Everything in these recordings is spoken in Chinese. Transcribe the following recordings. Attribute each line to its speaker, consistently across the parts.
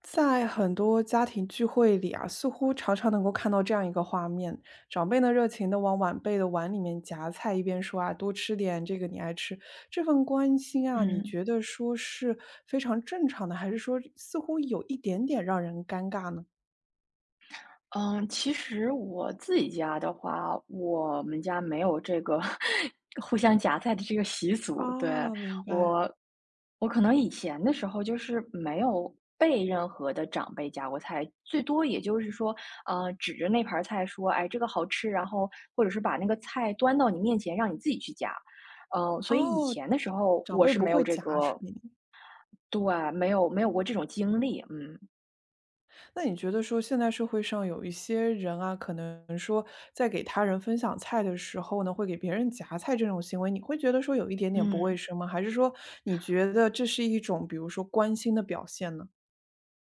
Speaker 1: 在很多家庭聚会里啊，似乎常常能够看到这样一个画面：长辈呢热情的往晚辈的碗里面夹菜，一边说啊多吃点这个你爱吃。这份关心啊，你
Speaker 2: 嗯，
Speaker 1: 觉得说是非常正常的，还是说似乎有一点点让人尴尬呢？
Speaker 2: 嗯，其实我自己家的话，我们家没有这个 互相夹菜的这个习俗。对，
Speaker 1: 啊，明白。
Speaker 2: 我，我可能以前的时候就是没有被任何的长辈夹过菜，最多也就是说，指着那盘儿菜说，哎，这个好吃，然后或者是把那个菜端到你面前，让你自己去夹。嗯，所以以
Speaker 1: 哦，
Speaker 2: 前的时候
Speaker 1: 长
Speaker 2: 我
Speaker 1: 辈
Speaker 2: 是
Speaker 1: 不
Speaker 2: 没有
Speaker 1: 会
Speaker 2: 这
Speaker 1: 夹是
Speaker 2: 个，
Speaker 1: 吗？
Speaker 2: 对，没有过这种经历。嗯
Speaker 1: 那你觉得说现在社会上有一些人啊，可能说在给他人分享菜的时候呢，会给别人夹菜这种行为，你会觉得说有一点点不卫
Speaker 2: 嗯。
Speaker 1: 生吗？还是说你觉得这是一种比如说关心的表现呢？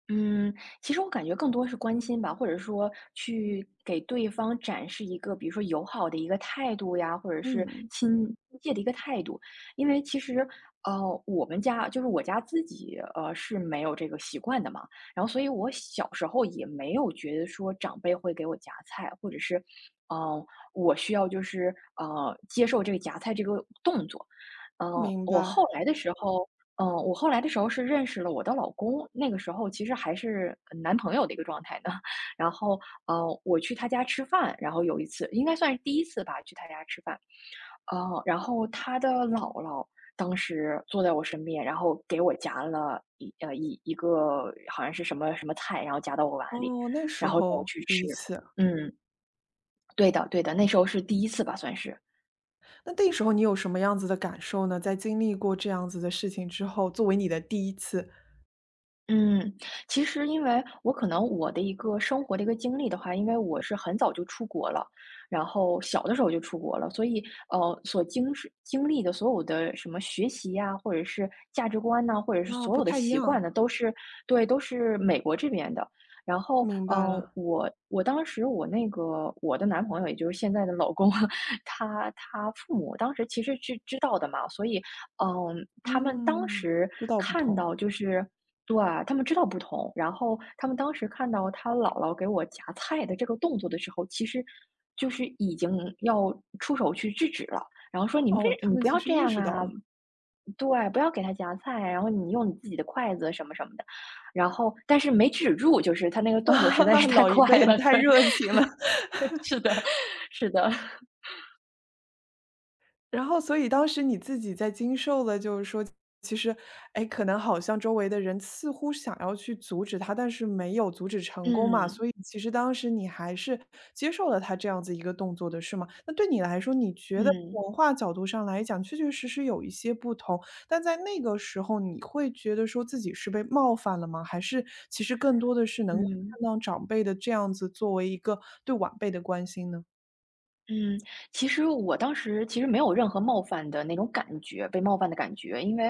Speaker 2: 嗯。其实我感觉更多是关心吧，或者说去给对方展示一个，比如说友好的一个态度呀，或者是
Speaker 1: 嗯，
Speaker 2: 亲切的一个态度。因为其实，我们家就是我家自己，是没有这个习惯的嘛。然后，所以我小时候也没有觉得说长辈会给我夹菜，或者是，嗯、呃，我需要就是接受这个夹菜这个动作。嗯、
Speaker 1: 明
Speaker 2: 我后
Speaker 1: 白。
Speaker 2: 来的时候。我后来的时候是认识了我的老公，那个时候其实还是男朋友的一个状态呢。然后，我去他家吃饭，然后有一次应该算是第一次吧，去他家吃饭，然后他的姥姥当时坐在我身边，然后给我夹了一个好像是什么什么菜，然后夹到我碗里，
Speaker 1: 哦，那时
Speaker 2: 然后让我
Speaker 1: 候
Speaker 2: 去
Speaker 1: 第
Speaker 2: 吃。
Speaker 1: 一次，
Speaker 2: 嗯，对的对的，那时候是第一次吧，算是。
Speaker 1: 那那时候你有什么样子的感受呢？在经历过这样子的事情之后，作为你的第一次，
Speaker 2: 嗯，其实因为我可能我的一个生活的一个经历的话，因为我是很早就出国了，然后小的时候就出国了，所以所经是经历的所有的什么学习呀，或者是价值观呐，或者是
Speaker 1: 啊、
Speaker 2: 所
Speaker 1: 不
Speaker 2: 有的
Speaker 1: 太一
Speaker 2: 习惯
Speaker 1: 样，
Speaker 2: 呢，都是对，都是美国这边的。然后，
Speaker 1: 明白了。
Speaker 2: 我当时我那个我的男朋友，也就是现在的老公，他父母当时其实是知道的嘛，所以，他们当
Speaker 1: 嗯，
Speaker 2: 时
Speaker 1: 知道不
Speaker 2: 看
Speaker 1: 同。
Speaker 2: 到就是。对，他们知道不同，然后他们当时看到他姥姥给我夹菜的这个动作的时候，其实就是已经要出手去制止了，然后说："你
Speaker 1: 哦，他
Speaker 2: 你
Speaker 1: 们
Speaker 2: 不要
Speaker 1: 其实
Speaker 2: 这
Speaker 1: 意
Speaker 2: 样
Speaker 1: 识到
Speaker 2: 啊，
Speaker 1: 了。
Speaker 2: 对，不要给他夹菜，然后你用你自己的筷子什么什么的。"然后但是没制止住，就是他那个 动作实在
Speaker 1: 啊，
Speaker 2: 是太
Speaker 1: 老一
Speaker 2: 快
Speaker 1: 辈
Speaker 2: 了，
Speaker 1: 太
Speaker 2: 对，
Speaker 1: 热情了。
Speaker 2: 是的，是的，
Speaker 1: 然后所以当时你自己在经受了，就是说其实，哎，可能好像周围的人似乎想要去阻止他，但是没有阻止成功嘛，
Speaker 2: 嗯，
Speaker 1: 所以其实当时你还是接受了他这样子一个动作的，是吗？那对你来说，你觉得
Speaker 2: 嗯，
Speaker 1: 文化角度上来讲，确确实实有一些不同，但在那个时候，你会觉得说自己是被冒犯了吗？还是其实更多的是能够
Speaker 2: 嗯。
Speaker 1: 看到长辈的这样子作为一个对晚辈的关心呢？
Speaker 2: 嗯。其实我当时其实没有任何冒犯的那种感觉，被冒犯的感觉，因为，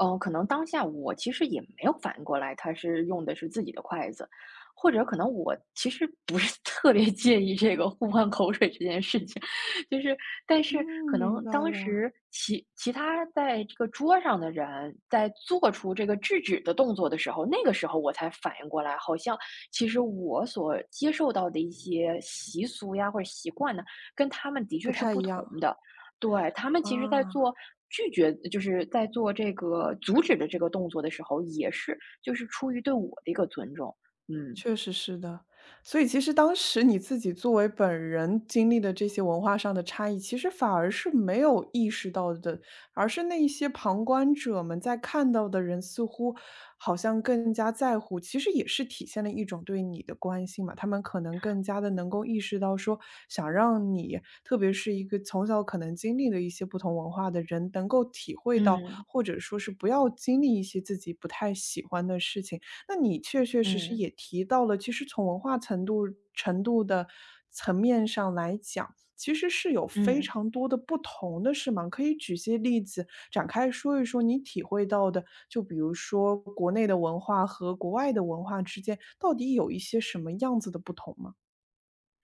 Speaker 2: 可能当下我其实也没有反应过来，他是用的是自己的筷子，或者可能我其实不是 特别介意这个互换口水这件事情，就是，但是
Speaker 1: 嗯，
Speaker 2: 可
Speaker 1: 明
Speaker 2: 能
Speaker 1: 白
Speaker 2: 当
Speaker 1: 了，
Speaker 2: 时其他在这个桌上的人在做出这个制止的动作的时候，那个时候我才反应过来，好像其实我所接受到的一些习俗呀或者习惯呢。跟他们的确
Speaker 1: 不
Speaker 2: 是
Speaker 1: 太
Speaker 2: 不
Speaker 1: 一
Speaker 2: 同
Speaker 1: 样，
Speaker 2: 的。对，他们其实在
Speaker 1: 啊。
Speaker 2: 做拒绝就是在做这个阻止的这个动作的时候，也是就是出于对我的一个尊重。嗯，
Speaker 1: 确实是的，所以其实当时你自己作为本人经历的这些文化上的差异，其实反而是没有意识到的，而是那一些旁观者们在看到的人似乎好像更加在乎，其实也是体现了一种对你的关心嘛。他们可能更加的能够意识到说，想让你，特别是一个从小可能经历了一些不同文化的人，能够体会到，
Speaker 2: 嗯，
Speaker 1: 或者说是不要经历一些自己不太喜欢的事情。那你确确实实
Speaker 2: 嗯，
Speaker 1: 也提到了，其实从文化程度的层面上来讲，其实是有非
Speaker 2: 嗯。
Speaker 1: 常多的不同的，是吗？可以举些例子展开说一说你体会到的，就比如说国内的文化和国外的文化之间到底有一些什么样子的不同吗？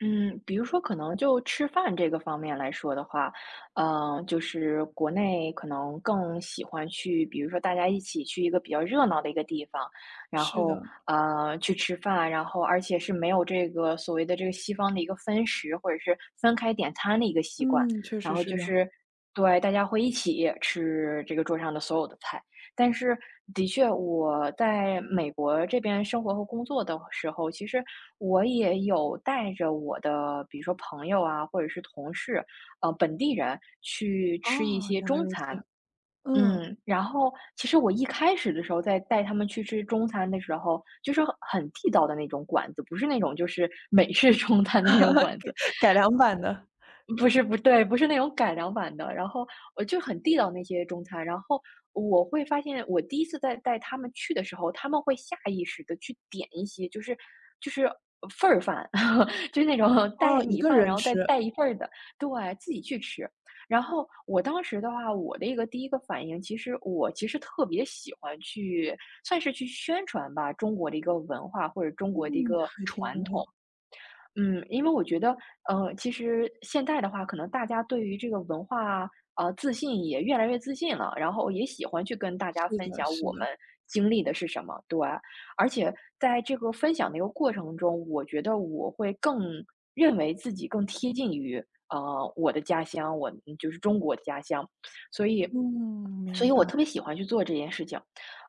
Speaker 2: 嗯，比如说可能就吃饭这个方面来说的话，嗯，就是国内可能更喜欢去，比如说大家一起去一个比较热闹的一个地方，然
Speaker 1: 是的，
Speaker 2: 后去吃饭，然后而且是没有这个所谓的这个西方的一个分食或者是分开点餐的一个习惯，
Speaker 1: 嗯，确
Speaker 2: 然
Speaker 1: 实
Speaker 2: 后
Speaker 1: 是
Speaker 2: 就
Speaker 1: 的。
Speaker 2: 是对大家会一起吃这个桌上的所有的菜。但是的确，我在美国这边生活和工作的时候，其实我也有带着我的，比如说朋友啊，或者是同事，本地人去
Speaker 1: 哦，
Speaker 2: 吃一些
Speaker 1: 原来
Speaker 2: 中
Speaker 1: 如此，
Speaker 2: 餐。
Speaker 1: 嗯，
Speaker 2: 嗯，然后其实我一开始的时候，在带他们去吃中餐的时候，就是很地道的那种馆子，不是那种就是美式 中餐的那种馆子。
Speaker 1: 改良版的，
Speaker 2: 不是那种改良版的，然后我就很地道那些中餐。然后我会发现，我第一次在带他们去的时候，他们会下意识的去点一些，就是就是份儿饭，就是那种 带
Speaker 1: 哦，一
Speaker 2: 米
Speaker 1: 个
Speaker 2: 饭，然
Speaker 1: 人
Speaker 2: 后再
Speaker 1: 吃，
Speaker 2: 带一份儿的，对，自己去吃。然后我当时的话，我的一个第一个反应，其实我其实特别喜欢去，算是去宣传吧，中国的一个文化或者中
Speaker 1: 嗯，
Speaker 2: 国的一个
Speaker 1: 还挺
Speaker 2: 传
Speaker 1: 好。
Speaker 2: 统。嗯，因为我觉得，其实现在的话，可能大家对于这个文化，自信也越来越自信了，然后也喜欢去跟大家
Speaker 1: 是
Speaker 2: 分
Speaker 1: 的，
Speaker 2: 享
Speaker 1: 是
Speaker 2: 我
Speaker 1: 的，
Speaker 2: 们经历的是什么，对。而且在这个分享的一个过程中，我觉得我会更认为自己更贴近于，我的家乡，我就是中国的家乡，所以
Speaker 1: 嗯，
Speaker 2: 所以
Speaker 1: 明白。
Speaker 2: 我特别喜欢去做这件事情，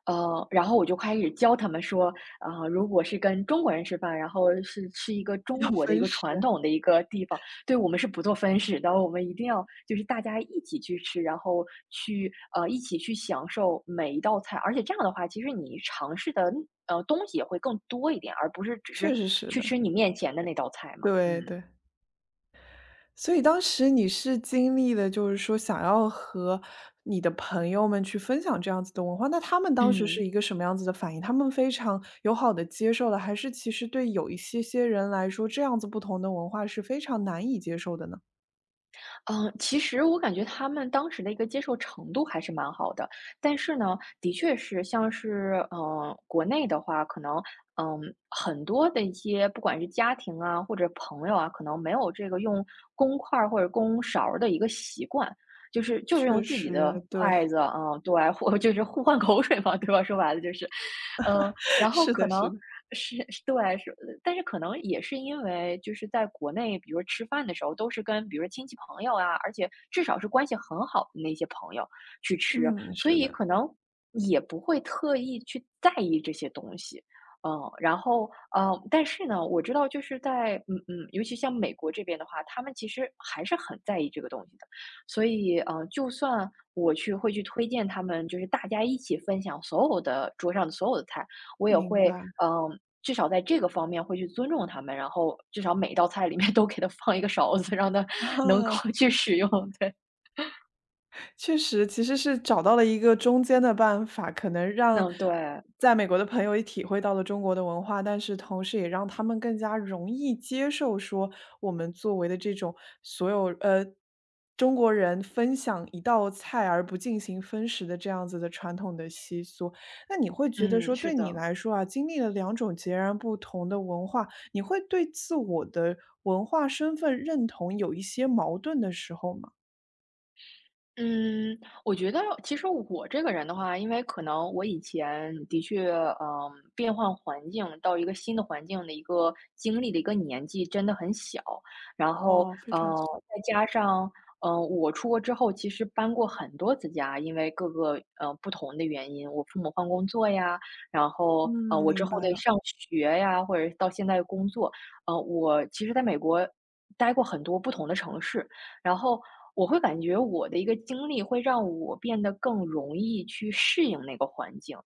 Speaker 2: 然后我就开始教他们说，啊、如果是跟中国人吃饭，然后是吃一个中
Speaker 1: 要
Speaker 2: 国的一
Speaker 1: 分
Speaker 2: 个
Speaker 1: 食，
Speaker 2: 传统的一个地方，对我们是不做分食的，我们一定要就是大家一起去吃，然后去一起去享受每一道菜，而且这样的话，其实你尝试的东西也会更多一点，而不是只是
Speaker 1: 确实是
Speaker 2: 去
Speaker 1: 的，
Speaker 2: 吃你面前的那道菜嘛，
Speaker 1: 对对。所以当时你是经历了，就是说想要和你的朋友们去分享这样子的文化，那他们当时
Speaker 2: 嗯。
Speaker 1: 是一个什么样子的反应？他们非常友好的接受了，还是其实对有一些些人来说，这样子不同的文化是非常难以接受的呢？
Speaker 2: 嗯。其实我感觉他们当时的一个接受程度还是蛮好的，但是呢，的确是像是嗯，国内的话，可能，嗯，很多的一些不管是家庭啊，或者朋友啊，可能没有这个用公筷儿或者公勺儿的一个习惯，就是用
Speaker 1: 确
Speaker 2: 自己的
Speaker 1: 实，对，
Speaker 2: 筷子，嗯，对，或就是互换口水嘛，对吧？说白了就是，嗯，然 后
Speaker 1: 是
Speaker 2: 可
Speaker 1: 的
Speaker 2: 能
Speaker 1: 是的，
Speaker 2: 是对，是但是可能也是因为就是在国内，比如说吃饭的时候都是跟比如说亲戚朋友啊，而且至少是关系很好的那些朋友去吃，
Speaker 1: 嗯，
Speaker 2: 所
Speaker 1: 是
Speaker 2: 以
Speaker 1: 的，
Speaker 2: 可能也不会特意去在意这些东西。嗯，然后嗯。但是呢，我知道就是在尤其像美国这边的话，他们其实还是很在意这个东西的。所以，嗯，就算我去会去推荐他们，就是大家一起分享所有的桌上的所有的菜，我也
Speaker 1: 明
Speaker 2: 会，
Speaker 1: 白，
Speaker 2: 嗯，至少在这个方面会去尊重他们，然后至少每一道菜里面 都给他放一个勺子，让他 能够
Speaker 1: 啊。
Speaker 2: 去使用。对，
Speaker 1: 确实，其实是找到了一个中间的办法，可能让
Speaker 2: 嗯，对，
Speaker 1: 在美国的朋友也体会到了中国的文化，但是同时也让他们更加容易接受说我们作为的这种所有中国人分享一道菜而不进行分食的这样子的传统的习俗。那你会觉得
Speaker 2: 嗯，
Speaker 1: 说
Speaker 2: 是
Speaker 1: 对你
Speaker 2: 的。
Speaker 1: 来说啊，经历了两种截然不同的文化，你会对自我的文化身份认同有一些矛盾的时候吗？
Speaker 2: 嗯，我觉得其实我这个人的话，因为可能我以前的确，嗯，变换环境到一个新的环境的一个经历的一个年纪真的很小，然后，
Speaker 1: 哦，非
Speaker 2: 嗯，
Speaker 1: 常巧
Speaker 2: 再加上，嗯，我出国之后其实搬过很多次家，因为各个不同的原因，我父母换工作呀，然后，
Speaker 1: 嗯，
Speaker 2: 我之
Speaker 1: 明
Speaker 2: 后
Speaker 1: 白
Speaker 2: 的
Speaker 1: 了。
Speaker 2: 上学呀，或者到现在的工作，我其实在美国待过很多不同的城市，然后我会感觉我的一个经历会让我变得更容易去适应那个环境，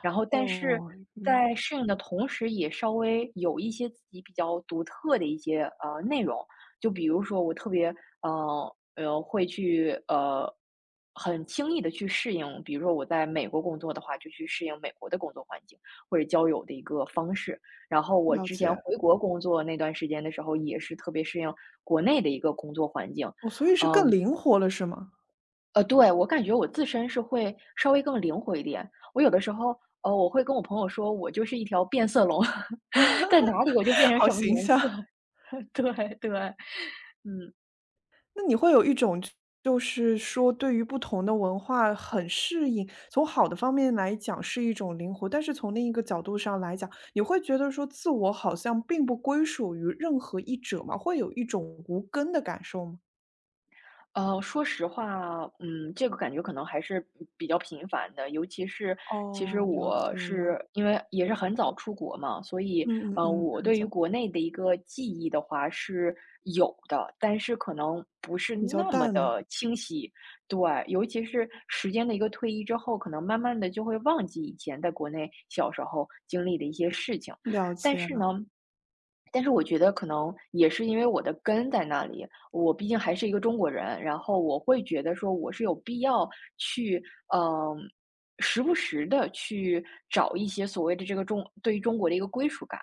Speaker 2: 然后但是
Speaker 1: 哦，嗯，
Speaker 2: 在适应的同时，也稍微有一些自己比较独特的一些内容，就比如说我特别会去很轻易的去适应，比如说我在美国工作的话，就去适应美国的工作环境或者交友的一个方式。然后我
Speaker 1: 了
Speaker 2: 之前
Speaker 1: 解。
Speaker 2: 回国工作那段时间的时候，也是特别适应国内的一个工作环境。
Speaker 1: 哦，所以是
Speaker 2: 嗯，
Speaker 1: 更灵活了，是吗？
Speaker 2: 对，我感觉我自身是会稍微更灵活一点。我有的时候，我会跟我朋友说，我就是一条变色龙，在哪里我就变 成
Speaker 1: 好
Speaker 2: 什么
Speaker 1: 形
Speaker 2: 颜色。
Speaker 1: 象。
Speaker 2: 对对，嗯。
Speaker 1: 那你会有一种就就是说，对于不同的文化很适应，从好的方面来讲是一种灵活，但是从另一个角度上来讲，你会觉得说自我好像并不归属于任何一者吗？会有一种无根的感受吗？
Speaker 2: 说实话，嗯，这个感觉可能还是比较频繁的，尤其是其实
Speaker 1: 哦，了
Speaker 2: 我
Speaker 1: 解了。
Speaker 2: 是因为也是很早出国嘛，所以
Speaker 1: 嗯嗯嗯，
Speaker 2: 我
Speaker 1: 很
Speaker 2: 对于
Speaker 1: 早，
Speaker 2: 国内的一个记忆的话是有的，但是可能不是
Speaker 1: 比较
Speaker 2: 那么
Speaker 1: 淡嘛，
Speaker 2: 的清晰。对，尤其是时间的一个推移之后，可能慢慢的就会忘记以前在国内小时候经历的一些事情，
Speaker 1: 了
Speaker 2: 但
Speaker 1: 解
Speaker 2: 是呢。
Speaker 1: 了，
Speaker 2: 但是我觉得可能也是因为我的根在那里，我毕竟还是一个中国人，然后我会觉得说我是有必要去，嗯，时不时的去找一些所谓的这个对于中国的一个归属感。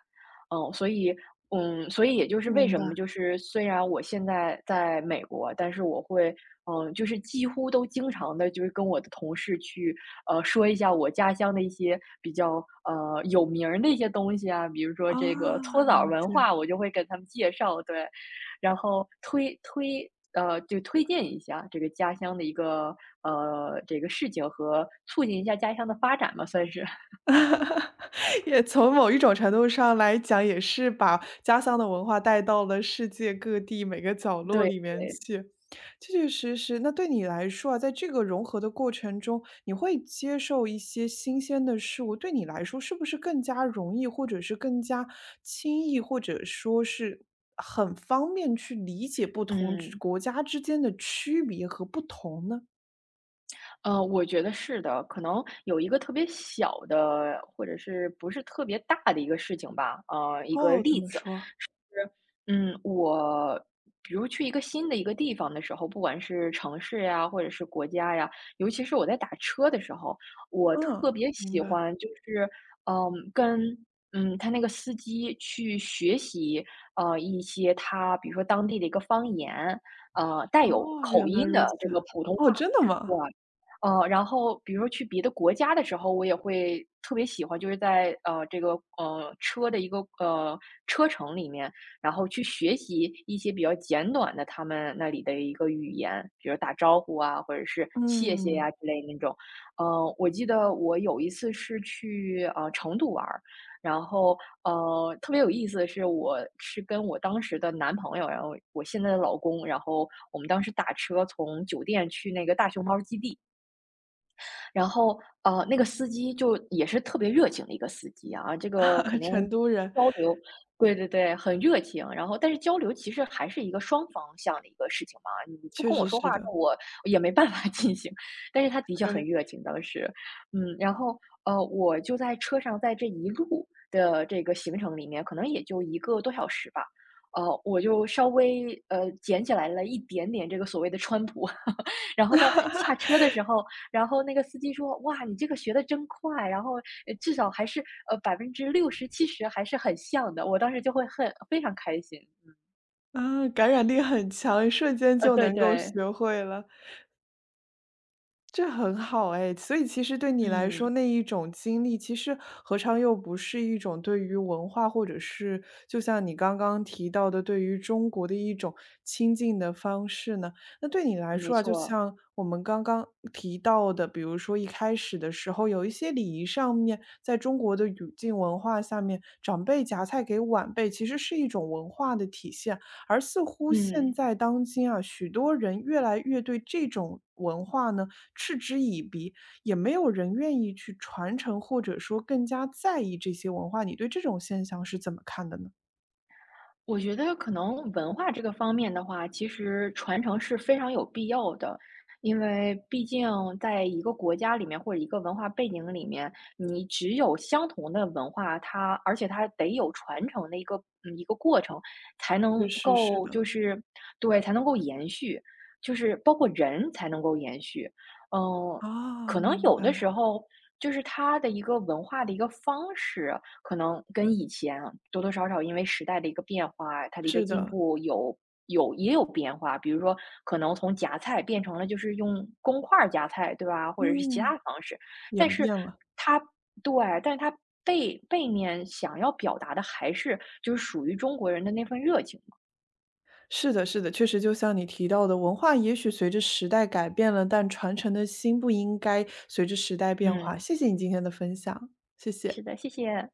Speaker 2: 嗯，所以嗯，所以也就是为
Speaker 1: 明
Speaker 2: 什
Speaker 1: 白。
Speaker 2: 么就是虽然我现在在美国，但是我会，嗯，就是几乎都经常的就是跟我的同事去，说一下我家乡的一些比较，有名儿的一些东西啊，比如说这个搓
Speaker 1: 啊，了
Speaker 2: 澡儿文
Speaker 1: 解。
Speaker 2: 化，我就会给他们介绍，对。然后推荐一下这个家乡的一个这个事情和促进一下家乡的发展吧，算是。
Speaker 1: 也从某一种程度上来讲，也是把家乡的文化带到了世界各地每个角落
Speaker 2: 对
Speaker 1: 里面
Speaker 2: 对，
Speaker 1: 去。确确实实，那对你来说啊，在这个融合的过程中，你会接受一些新鲜的事物，对你来说是不是更加容易，或者是更加轻易，或者说是很方便去理解不同之
Speaker 2: 嗯，
Speaker 1: 国家之间的区别和不同呢？
Speaker 2: 我觉得是的。可能有一个特别小的，或者是不是特别大的一个事情吧，一个
Speaker 1: 哦，怎
Speaker 2: 例
Speaker 1: 么
Speaker 2: 子。
Speaker 1: 说？
Speaker 2: 嗯，我比如去一个新的一个地方的时候，不管是城市呀，或者是国家呀，尤其是我在打车的时候，我
Speaker 1: 嗯，
Speaker 2: 特别
Speaker 1: 明
Speaker 2: 喜
Speaker 1: 白。
Speaker 2: 欢就是，嗯，跟他那个司机去学习，一些他比如说当地的一个方言，带有
Speaker 1: 哦，
Speaker 2: 口
Speaker 1: 原
Speaker 2: 音
Speaker 1: 来如
Speaker 2: 的
Speaker 1: 此。
Speaker 2: 这个普通
Speaker 1: 哦，
Speaker 2: 话，
Speaker 1: 真的
Speaker 2: 对。
Speaker 1: 吗？
Speaker 2: 然后比如说去别的国家的时候，我也会特别喜欢，就是在这个车的一个车程里面，然后去学习一些比较简短的他们那里的一个语言，比如打招呼啊，或者是谢谢
Speaker 1: 嗯，
Speaker 2: 呀、之类的那种。我记得我有一次是去成都玩儿，然后特别有意思的是，我是跟我当时的男朋友，然后我现在的老公，然后我们当时打车从酒店去那个大熊猫基地。然后，那个司机就也是特别热情的一个司机啊，这个肯 定
Speaker 1: 成都人，
Speaker 2: 交流对对对，很热情。然后但是交流其实还是一个双方向的一个事情嘛，你不
Speaker 1: 确
Speaker 2: 跟我
Speaker 1: 实
Speaker 2: 说话，
Speaker 1: 是的，
Speaker 2: 那我也没办法 进行。但是他的确很
Speaker 1: 对，
Speaker 2: 热情，当时，嗯，然后我就在车上，在这一路的这个行程里面，可能也就一个多小时吧。我就稍微捡起来了一点点这个所谓的川普，然后到下车的时候，然后那个司机说：“哇，你这个学的真快，然后至少还是百分之六十、七十还是很像的。”我当时就会很非常开心。
Speaker 1: 啊，感染力很强，一瞬间就
Speaker 2: 对
Speaker 1: 能够
Speaker 2: 对，
Speaker 1: 学会了。这很好哎，所以其实对你来
Speaker 2: 嗯，
Speaker 1: 说，那一种经历，其实何尝又不是一种对于文化，或者是就像你刚刚提到的，对于中国的一种亲近的方式呢？那对你来
Speaker 2: 没
Speaker 1: 说啊，就
Speaker 2: 错，
Speaker 1: 像我们刚刚提到的，比如说一开始的时候，有一些礼仪上面，在中国的语境文化下面，长辈夹菜给晚辈，其实是一种文化的体现。而似乎现
Speaker 2: 嗯。
Speaker 1: 在当今啊，许多人越来越对这种文化呢嗤之以鼻，也没有人愿意去传承，或者说更加在意这些文化。你对这种现象是怎么看的呢？
Speaker 2: 我觉得可能文化这个方面的话，其实传承是非常有必要的，因为毕竟在一个国家里面或者一个文化背景里面，你只有相同的文化，它而且它得有传承的一个一个过程，才
Speaker 1: 确
Speaker 2: 能
Speaker 1: 实是
Speaker 2: 够
Speaker 1: 的，
Speaker 2: 就是对才能够延续，就是包括人才能够延续。嗯，
Speaker 1: 啊，
Speaker 2: 可能
Speaker 1: 明
Speaker 2: 有
Speaker 1: 白，
Speaker 2: 的时候就是它的一个文化的一个方式。可能跟以前啊多多少少因为时代的一个变化，它的一个
Speaker 1: 是
Speaker 2: 进
Speaker 1: 的，
Speaker 2: 步有也有变化。比如说，可能从夹菜变成了就是用公筷儿夹菜，对吧？或者是其
Speaker 1: 嗯，
Speaker 2: 他方式，但
Speaker 1: 演
Speaker 2: 是
Speaker 1: 变了。
Speaker 2: 它对，但是它背面想要表达的还是就是属于中国人的那份热情嘛
Speaker 1: 是的，是的，确实就像你提到的，文化也许随着时代改变了，但传承的心不应该随着时代变化。
Speaker 2: 嗯，
Speaker 1: 谢谢你今天的分享，谢
Speaker 2: 是
Speaker 1: 谢。
Speaker 2: 的，谢谢。